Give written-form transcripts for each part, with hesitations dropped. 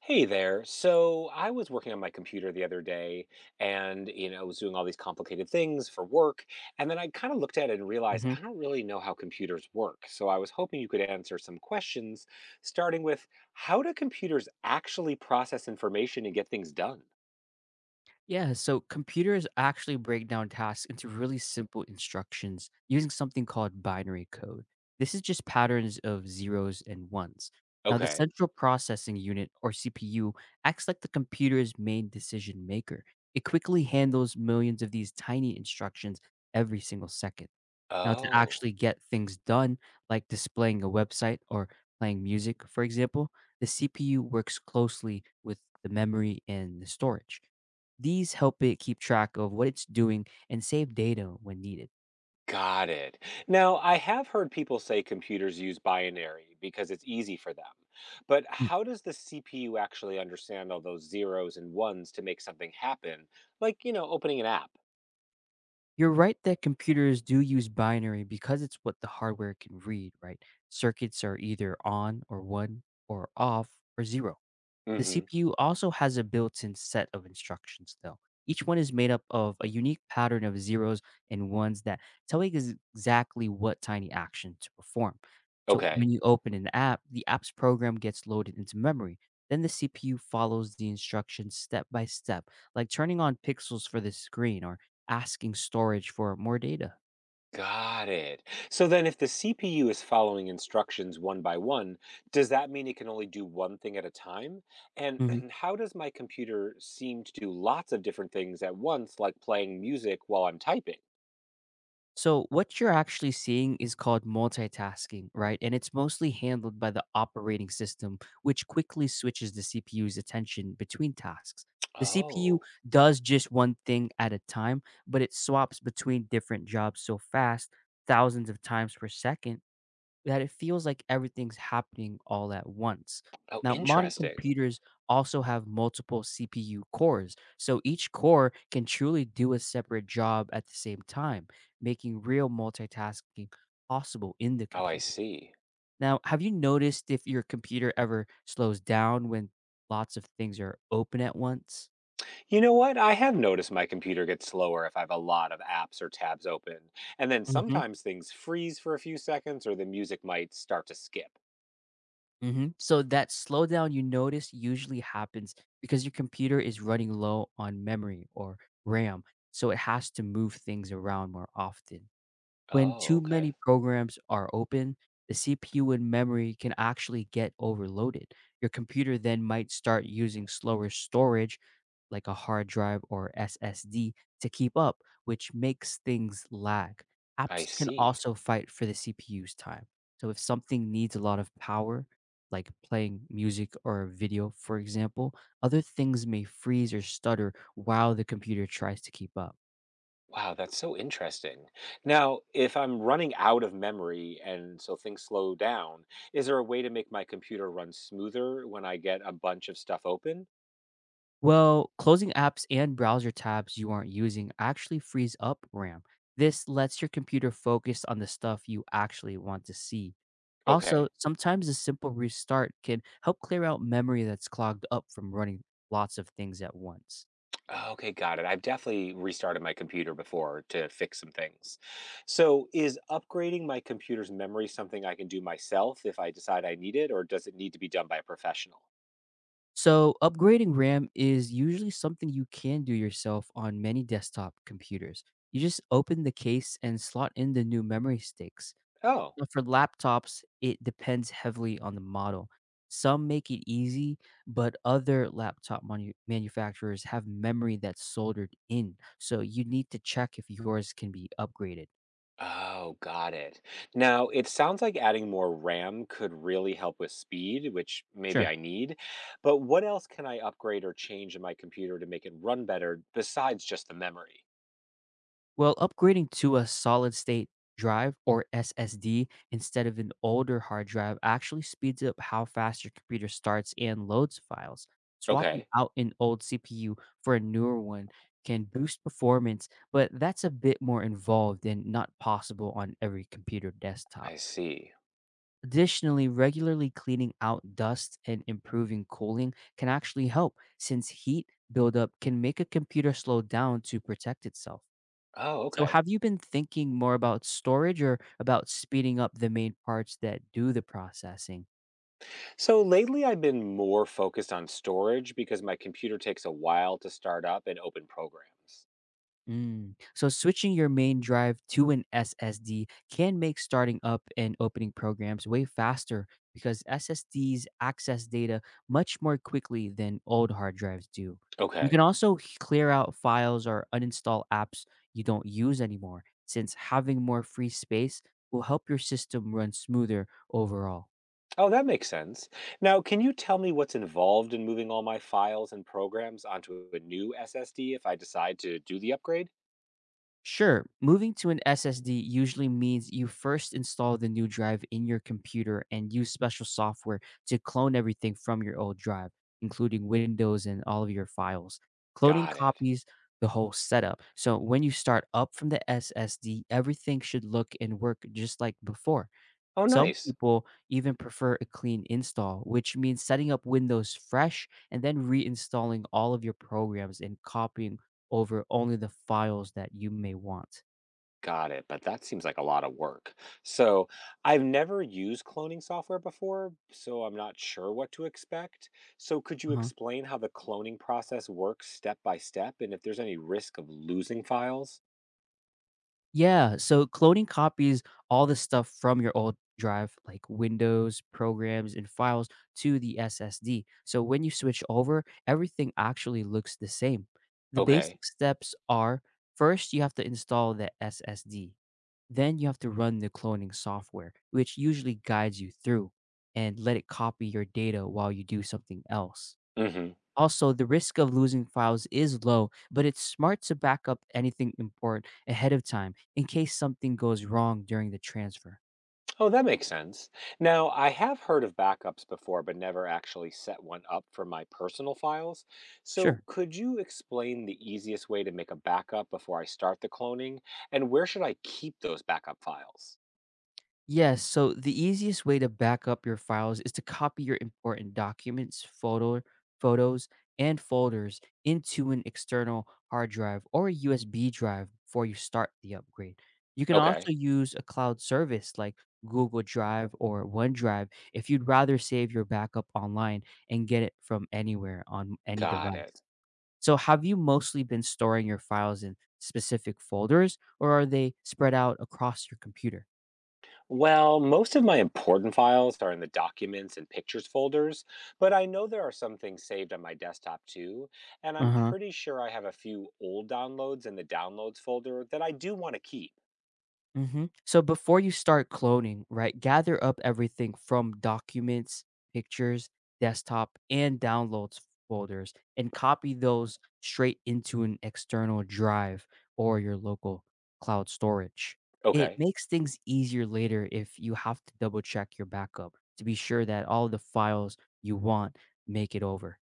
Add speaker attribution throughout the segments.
Speaker 1: Hey there. So I was working on my computer the other day and, I was doing all these complicated things for work. And then I kind of looked at it and realized
Speaker 2: Mhm.
Speaker 1: I don't really know how computers work. So I was hoping you could answer some questions, starting with how do computers actually process information and get things done?
Speaker 2: Yeah, so computers actually break down tasks into really simple instructions using something called binary code. This is just patterns of zeros and ones. Now, the
Speaker 1: Okay.
Speaker 2: central processing unit, or CPU, acts like the computer's main decision maker. It quickly handles millions of these tiny instructions every single second. Now to
Speaker 1: Oh.
Speaker 2: actually get things done, like displaying a website or playing music, for example, the CPU works closely with the memory and the storage. These help it keep track of what it's doing and save data when needed.
Speaker 1: Got it. Now, I have heard people say computers use binary because it's easy for them. But
Speaker 2: Yeah.
Speaker 1: how does the CPU actually understand all those zeros and ones to make something happen? Like, opening an app.
Speaker 2: You're right that computers do use binary because it's what the hardware can read, right? Circuits are either on or one, or off or zero. The
Speaker 1: Hmm.
Speaker 2: CPU also has a built-in set of instructions, though. Each one is made up of a unique pattern of zeros and ones that tell it exactly what tiny action to perform. So
Speaker 1: Okay.
Speaker 2: when you open an app, the app's program gets loaded into memory. Then the CPU follows the instructions step by step, like turning on pixels for the screen or asking storage for more data.
Speaker 1: Got it. So then if the CPU is following instructions one by one, does that mean it can only do one thing at a time? And how does my computer seem to do lots of different things at once, like playing music while I'm typing?
Speaker 2: So what you're actually seeing is called multitasking, right? And it's mostly handled by the operating system, which quickly switches the CPU's attention between tasks. The CPU
Speaker 1: Oh.
Speaker 2: does just one thing at a time, but it swaps between different jobs so fast, thousands of times per second, that it feels like everything's happening all at once.
Speaker 1: Oh,
Speaker 2: Now, modern
Speaker 1: interesting.
Speaker 2: computers also have multiple CPU cores, so each core can truly do a separate job at the same time, making real multitasking possible in the
Speaker 1: Oh, I
Speaker 2: computer.
Speaker 1: see.
Speaker 2: Now, have you noticed if your computer ever slows down when lots of things are open at once?
Speaker 1: You know what? I have noticed my computer gets slower if I have a lot of apps or tabs open. And then sometimes things freeze for a few seconds or the music might start to skip.
Speaker 2: Mhm. So that slowdown you notice usually happens because your computer is running low on memory, or RAM, so it has to move things around more often. When
Speaker 1: Oh,
Speaker 2: too many
Speaker 1: okay.
Speaker 2: programs are open, the CPU and memory can actually get overloaded. Your computer then might start using slower storage, like a hard drive or SSD, to keep up, which makes things lag.
Speaker 1: I
Speaker 2: Apps can
Speaker 1: see.
Speaker 2: also fight for the CPU's time. So if something needs a lot of power, like playing music or a video, for example, other things may freeze or stutter while the computer tries to keep up.
Speaker 1: Wow, that's so interesting. Now, if I'm running out of memory and so things slow down, is there a way to make my computer run smoother when I get a bunch of stuff open?
Speaker 2: Well, closing apps and browser tabs you aren't using actually frees up RAM. This lets your computer focus on the stuff you actually want to see. Also,
Speaker 1: Okay.
Speaker 2: sometimes a simple restart can help clear out memory that's clogged up from running lots of things at once.
Speaker 1: Oh, okay, got it. I've definitely restarted my computer before to fix some things. So, is upgrading my computer's memory something I can do myself if I decide I need it, or does it need to be done by a professional?
Speaker 2: So, upgrading RAM is usually something you can do yourself on many desktop computers. You just open the case and slot in the new memory sticks.
Speaker 1: Oh,
Speaker 2: But for laptops, it depends heavily on the model. Some make it easy, but other laptop manufacturers have memory that's soldered in, so you need to check if yours can be upgraded.
Speaker 1: oh, got it. Now, it sounds like adding more RAM could really help with speed, which maybe
Speaker 2: Sure.
Speaker 1: I need. But what else can I upgrade or change in my computer to make it run better besides just the memory?
Speaker 2: Well, upgrading to a solid state drive, or SSD, instead of an older hard drive actually speeds up how fast your computer starts and loads files. Swapping
Speaker 1: Okay,
Speaker 2: out an old CPU for a newer one can boost performance, but that's a bit more involved and not possible on every computer
Speaker 1: I
Speaker 2: desktop.
Speaker 1: see.
Speaker 2: Additionally, regularly cleaning out dust and improving cooling can actually help, since heat buildup can make a computer slow down to protect itself.
Speaker 1: Oh,
Speaker 2: So
Speaker 1: okay.
Speaker 2: have you been thinking more about storage or about speeding up the main parts that do the processing?
Speaker 1: So lately, I've been more focused on storage because my computer takes a while to start up and open programs.
Speaker 2: Mm. So switching your main drive to an SSD can make starting up and opening programs way faster because SSDs access data much more quickly than old hard drives do. You can
Speaker 1: Okay.
Speaker 2: also clear out files or uninstall apps you don't use anymore, since having more free space will help your system run smoother overall.
Speaker 1: Oh, that makes sense. Now, can you tell me what's involved in moving all my files and programs onto a new SSD if I decide to do the upgrade?
Speaker 2: Sure, moving to an SSD usually means you first install the new drive in your computer and use special software to clone everything from your old drive, including Windows and all of your files. Cloning
Speaker 1: Got it.
Speaker 2: copies the whole setup. So when you start up from the SSD, everything should look and work just like before.
Speaker 1: Oh,
Speaker 2: Some
Speaker 1: nice.
Speaker 2: people even prefer a clean install, which means setting up Windows fresh and then reinstalling all of your programs and copying over only the files that you may want.
Speaker 1: Got it, but that seems like a lot of work. So, I've never used cloning software before, so I'm not sure what to expect. So, could you explain how the cloning process works step by step and if there's any risk of losing files?
Speaker 2: Yeah, so cloning copies all the stuff from your old drive, like Windows, programs, and files, to the SSD. So when you switch over, everything actually looks the same. The
Speaker 1: Okay.
Speaker 2: basic steps are: first, you have to install the SSD. Then you have to run the cloning software, which usually guides you through, and let it copy your data while you do something else.
Speaker 1: Mhm.
Speaker 2: Also, the risk of losing files is low, but it's smart to back up anything important ahead of time in case something goes wrong during the transfer.
Speaker 1: Oh, that makes sense. Now, I have heard of backups before, but never actually set one up for my personal files. So,
Speaker 2: Sure.
Speaker 1: could you explain the easiest way to make a backup before I start the cloning and where should I keep those backup files?
Speaker 2: Yes, so the easiest way to back up your files is to copy your important documents, photos, and folders into an external hard drive or a USB drive before you start the upgrade. You can
Speaker 1: Okay.
Speaker 2: also use a cloud service like Google Drive or OneDrive if you'd rather save your backup online and get it from anywhere on any
Speaker 1: Got it.
Speaker 2: device. So, have you mostly been storing your files in specific folders, or are they spread out across your computer?
Speaker 1: Well, most of my important files are in the documents and pictures folders, but I know there are some things saved on my desktop too, and
Speaker 2: Uh
Speaker 1: I'm
Speaker 2: huh.
Speaker 1: pretty sure I have a few old downloads in the downloads folder that I do want to keep.
Speaker 2: Mhm. So before you start cloning, right, gather up everything from documents, pictures, desktop, and downloads folders and copy those straight into an external drive or your local cloud storage. It
Speaker 1: Okay,
Speaker 2: makes things easier later if you have to double check your backup to be sure that all the files you want make it over.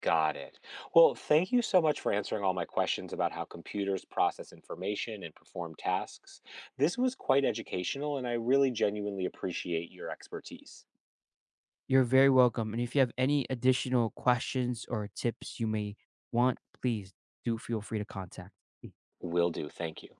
Speaker 1: got it. Well, thank you so much for answering all my questions about how computers process information and perform tasks. This was quite educational, and I really genuinely appreciate your expertise.
Speaker 2: You're very welcome. And if you have any additional questions or tips you may want, please do feel free to contact. Me.
Speaker 1: Will do. Thank you.